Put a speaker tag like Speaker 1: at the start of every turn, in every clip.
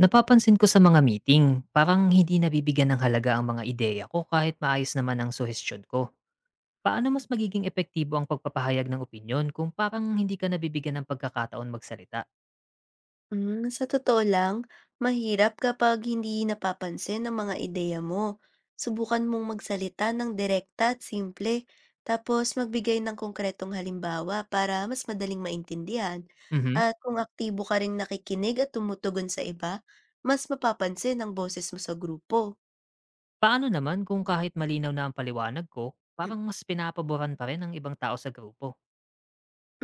Speaker 1: Napapansin ko sa mga meeting, parang hindi nabibigyan ng halaga ang mga ideya ko kahit maayos naman ang suhestyon ko. Paano mas magiging epektibo ang pagpapahayag ng opinyon kung parang hindi ka nabibigyan ng pagkakataon magsalita?
Speaker 2: Sa totoo lang, mahirap kapag hindi napapansin ang mga ideya mo. Subukan mong magsalita ng direkta at simple, tapos magbigay ng konkretong halimbawa para mas madaling maintindihan.
Speaker 1: Mhm.
Speaker 2: At kung aktibo ka rin nakikinig at tumutugon sa iba, mas mapapansin ang boses mo sa grupo.
Speaker 1: Paano naman kung kahit malinaw na ang paliwanag ko, parang mas pinapaboran pa rin ang ibang tao sa grupo?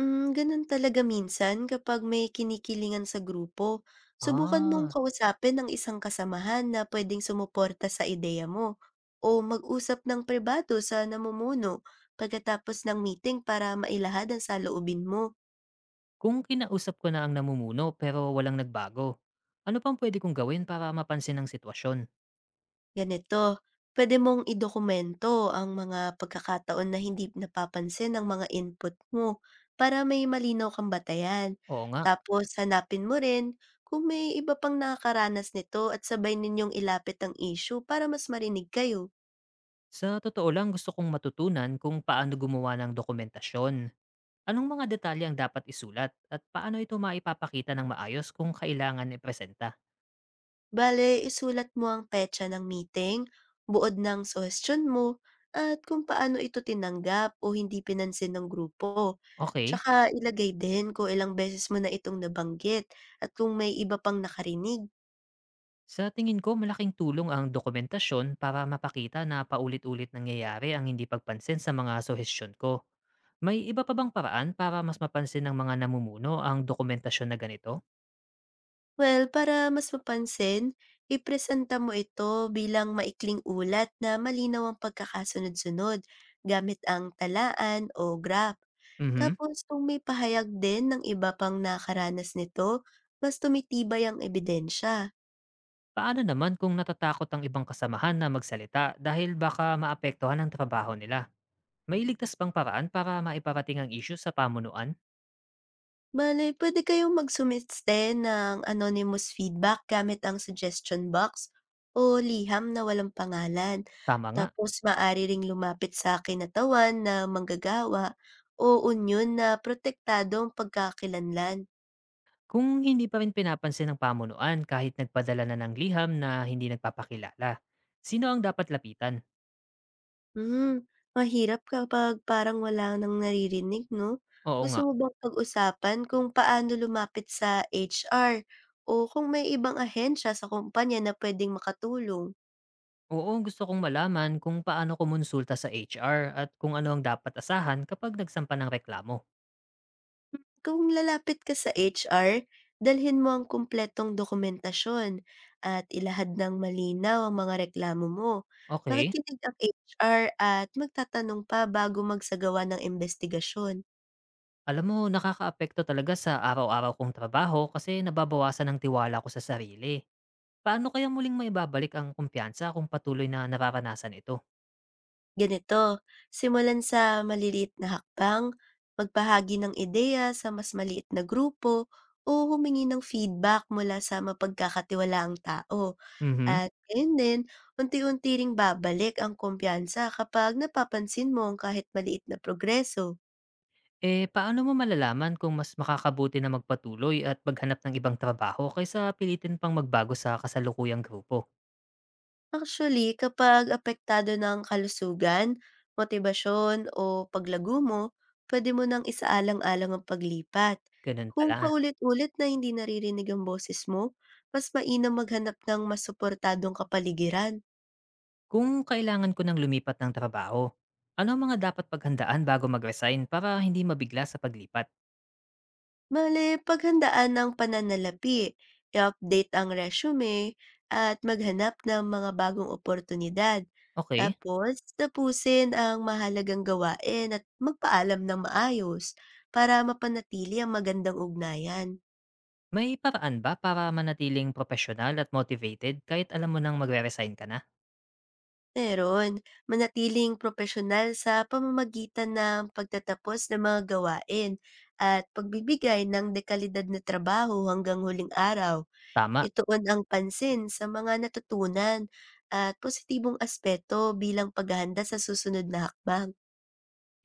Speaker 2: Ganun talaga minsan kapag may kinikilingan sa grupo. Subukan mong
Speaker 1: Ah,
Speaker 2: kausapin ang isang kasamahan na pwedeng sumuporta sa ideya mo o mag-usap ng pribado sa namumuno pagkatapos ng meeting para mailahad ang saloobin mo.
Speaker 1: kung kinausap ko na ang namumuno pero walang nagbago, ano pang pwede kong gawin para mapansin ang sitwasyon?
Speaker 2: Ganito, pwede mong idokumento ang mga pagkakataon na hindi napapansin ng mga input mo para may malinaw kang batayan.
Speaker 1: Oo nga.
Speaker 2: Tapos hanapin mo rin kung may iba pang nakakaranas nito at sabay ninyong ilapit ang issue para mas marinig kayo.
Speaker 1: Sa totoo lang, gusto kong matutunan kung paano gumawa ng dokumentasyon. Anong mga detalye ang dapat isulat at paano ito maipapakita ng maayos kung kailangan ipresenta?
Speaker 2: Bale, isulat mo ang petsa ng meeting, buod ng suhestyon mo, at kung paano ito tinanggap o hindi pinansin ng grupo.
Speaker 1: Okay,
Speaker 2: Tsaka ilagay din kung ilang beses mo na itong nabanggit at kung may iba pang nakarinig.
Speaker 1: sa tingin ko malaking tulong ang dokumentasyon para mapakita na paulit-ulit nangyayari ang hindi pagpansin sa mga suhestyon ko. May iba pa bang paraan para mas mapansin ng mga namumuno ang dokumentasyon na ganito?
Speaker 2: Well, para mas mapansin, ipresenta mo ito bilang maikling ulat na malinaw ang pagkakasunod-sunod gamit ang talaan o graph.
Speaker 1: Mhm.
Speaker 2: Tapos kung may pahayag din ng iba pang nakaranas nito, mas tumitibay ang ebidensya.
Speaker 1: Paano naman kung natatakot ang ibang kasamahan na magsalita dahil baka maapektuhan ang trabaho nila? May ligtas bang paraan para maiparating ang isyu sa pamunuan?
Speaker 2: Bale, puwede kayong magsumeste ng anonymous feedback gamit ang suggestion box o liham na walang pangalan.
Speaker 1: Tama nga,
Speaker 2: Tapos maaari ring lumapit sa kinatawan na manggagawa o unyon na protektadong pagkakilanlan.
Speaker 1: kung hindi pa rin pinapansin ng pamunuan kahit nagpadala na ng liham na hindi nagpapakilala. Sino ang dapat lapitan?
Speaker 2: Hmm, Mahirap kapag parang wala nang naririnig 'no?
Speaker 1: Oo
Speaker 2: Gusto
Speaker 1: nga.
Speaker 2: mo bang pag-usapan kung paano lumapit sa HR o kung may ibang ahensya sa kumpanya na pwedeng makatulong?
Speaker 1: Oo, gusto kong malaman kung paano kumonsulta sa HR at kung ano ang dapat asahan kapag nagsampa ng reklamo.
Speaker 2: Kung lalapit ka sa HR, dalhin mo ang kumpletong dokumentasyon at ilahad ng malinaw ang mga reklamo mo.
Speaker 1: Okay.
Speaker 2: Makikinig ang HR at magtatanong pa bago magsagawa ng investigasyon.
Speaker 1: Alam mo, nakakaapekto talaga sa araw-araw kong trabaho kasi nababawasan ang tiwala ko sa sarili. Paano kaya muling maibabalik ang kumpiyansa kung patuloy na nararanasan ito?
Speaker 2: Ganito, simulan sa maliliit na hakbang, magpahagi ng ideya sa mas maliit na grupo, o humingi ng feedback mula sa mapagkakatiwalaang tao.
Speaker 1: Mhm.
Speaker 2: At ayun din, unti-unti ring babalik ang kumpiyansa kapag napapansin mo ang kahit maliit na progreso.
Speaker 1: Eh, paano mo malalaman kung mas makakabuti na magpatuloy at maghanap ng ibang trabaho kaysa pilitin pang magbago sa kasalukuyang grupo?
Speaker 2: Actually, kapag apektado ng kalusugan, motibasyon o paglago mo, pwede mo nang isaalang-alang ang paglipat.
Speaker 1: Ganun
Speaker 2: Kung
Speaker 1: pala.
Speaker 2: paulit-ulit na hindi naririnig ang boses mo, mas mainam maghanap ng mas suportadong kapaligiran.
Speaker 1: Kung kailangan ko ng lumipat ng trabaho, ano ang mga dapat paghandaan bago mag-resign para hindi mabigla sa paglipat?
Speaker 2: Mali paghandaan ng pananalapi, i-update ang resume, at maghanap ng mga bagong oportunidad.
Speaker 1: Okay.
Speaker 2: Tapos, tapusin ang mahalagang gawain at magpaalam ng maayos para mapanatili ang magandang ugnayan.
Speaker 1: May paraan ba para manatiling profesional at motivated kahit alam mo nang magre-resign ka na?
Speaker 2: Meron, manatiling profesional sa pamamagitan ng pagtatapos ng mga gawain at pagbibigay ng dekalidad na trabaho hanggang huling araw.
Speaker 1: Tama.
Speaker 2: Ituon ang pansin sa mga natutunan at positibong aspeto bilang paghahanda sa susunod na hakbang.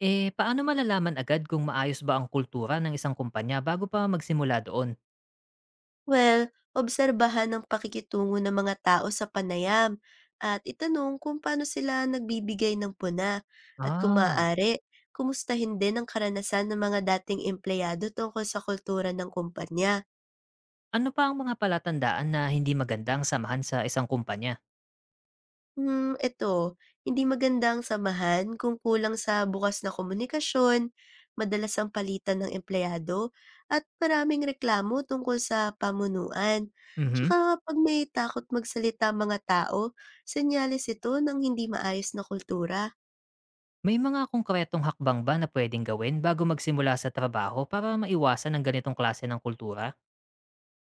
Speaker 1: Eh, paano malalaman agad kung maayos ba ang kultura ng isang kumpanya bago pa magsimula doon?
Speaker 2: Well, obserbahan ang pakikitungo ng mga tao sa panayam at itanong kung paano sila nagbibigay ng puna at kung
Speaker 1: Ah,
Speaker 2: maaari, kumustahin din ang karanasan ng mga dating empleyado tungkol sa kultura ng kumpanya.
Speaker 1: ano pa ang mga palatandaan na hindi magandang samahan sa isang kumpanya?
Speaker 2: Eto, hindi maganda ang samahan kung kulang sa bukas na komunikasyon, madalas ang palitan ng empleyado, at maraming reklamo tungkol sa pamunuan.
Speaker 1: Mhm.
Speaker 2: Tsaka kapag may takot magsalita ang mga tao, senyales ito ng hindi maayos na kultura.
Speaker 1: May mga konkretong hakbang ba na pwedeng gawin bago magsimula sa trabaho para maiwasan ang ganitong klase ng kultura?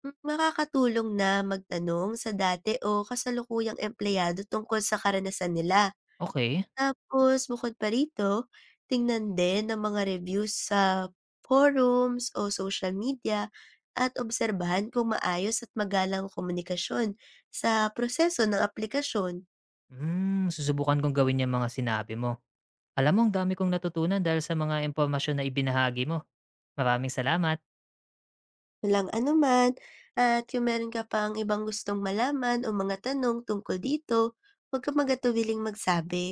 Speaker 2: Makakatulong na magtanong sa dati o kasalukuyang empleyado tungkol sa karanasan nila.
Speaker 1: Okay.
Speaker 2: Tapos bukod pa rito, tingnan din ng mga reviews sa forums o social media at obserbahan kung maayos at magalang ang komunikasyon sa proseso ng aplikasyon.
Speaker 1: Hmm, susubukan kong gawin yung mga sinabi mo. Alam mo, ang dami kong natutunan dahil sa mga impormasyon na ibinahagi mo. Maraming salamat.
Speaker 2: Walang anuman, at kung meron ka pang ibang gustong malaman o mga tanong tungkol dito, huwag kang magatuwiling magsabi.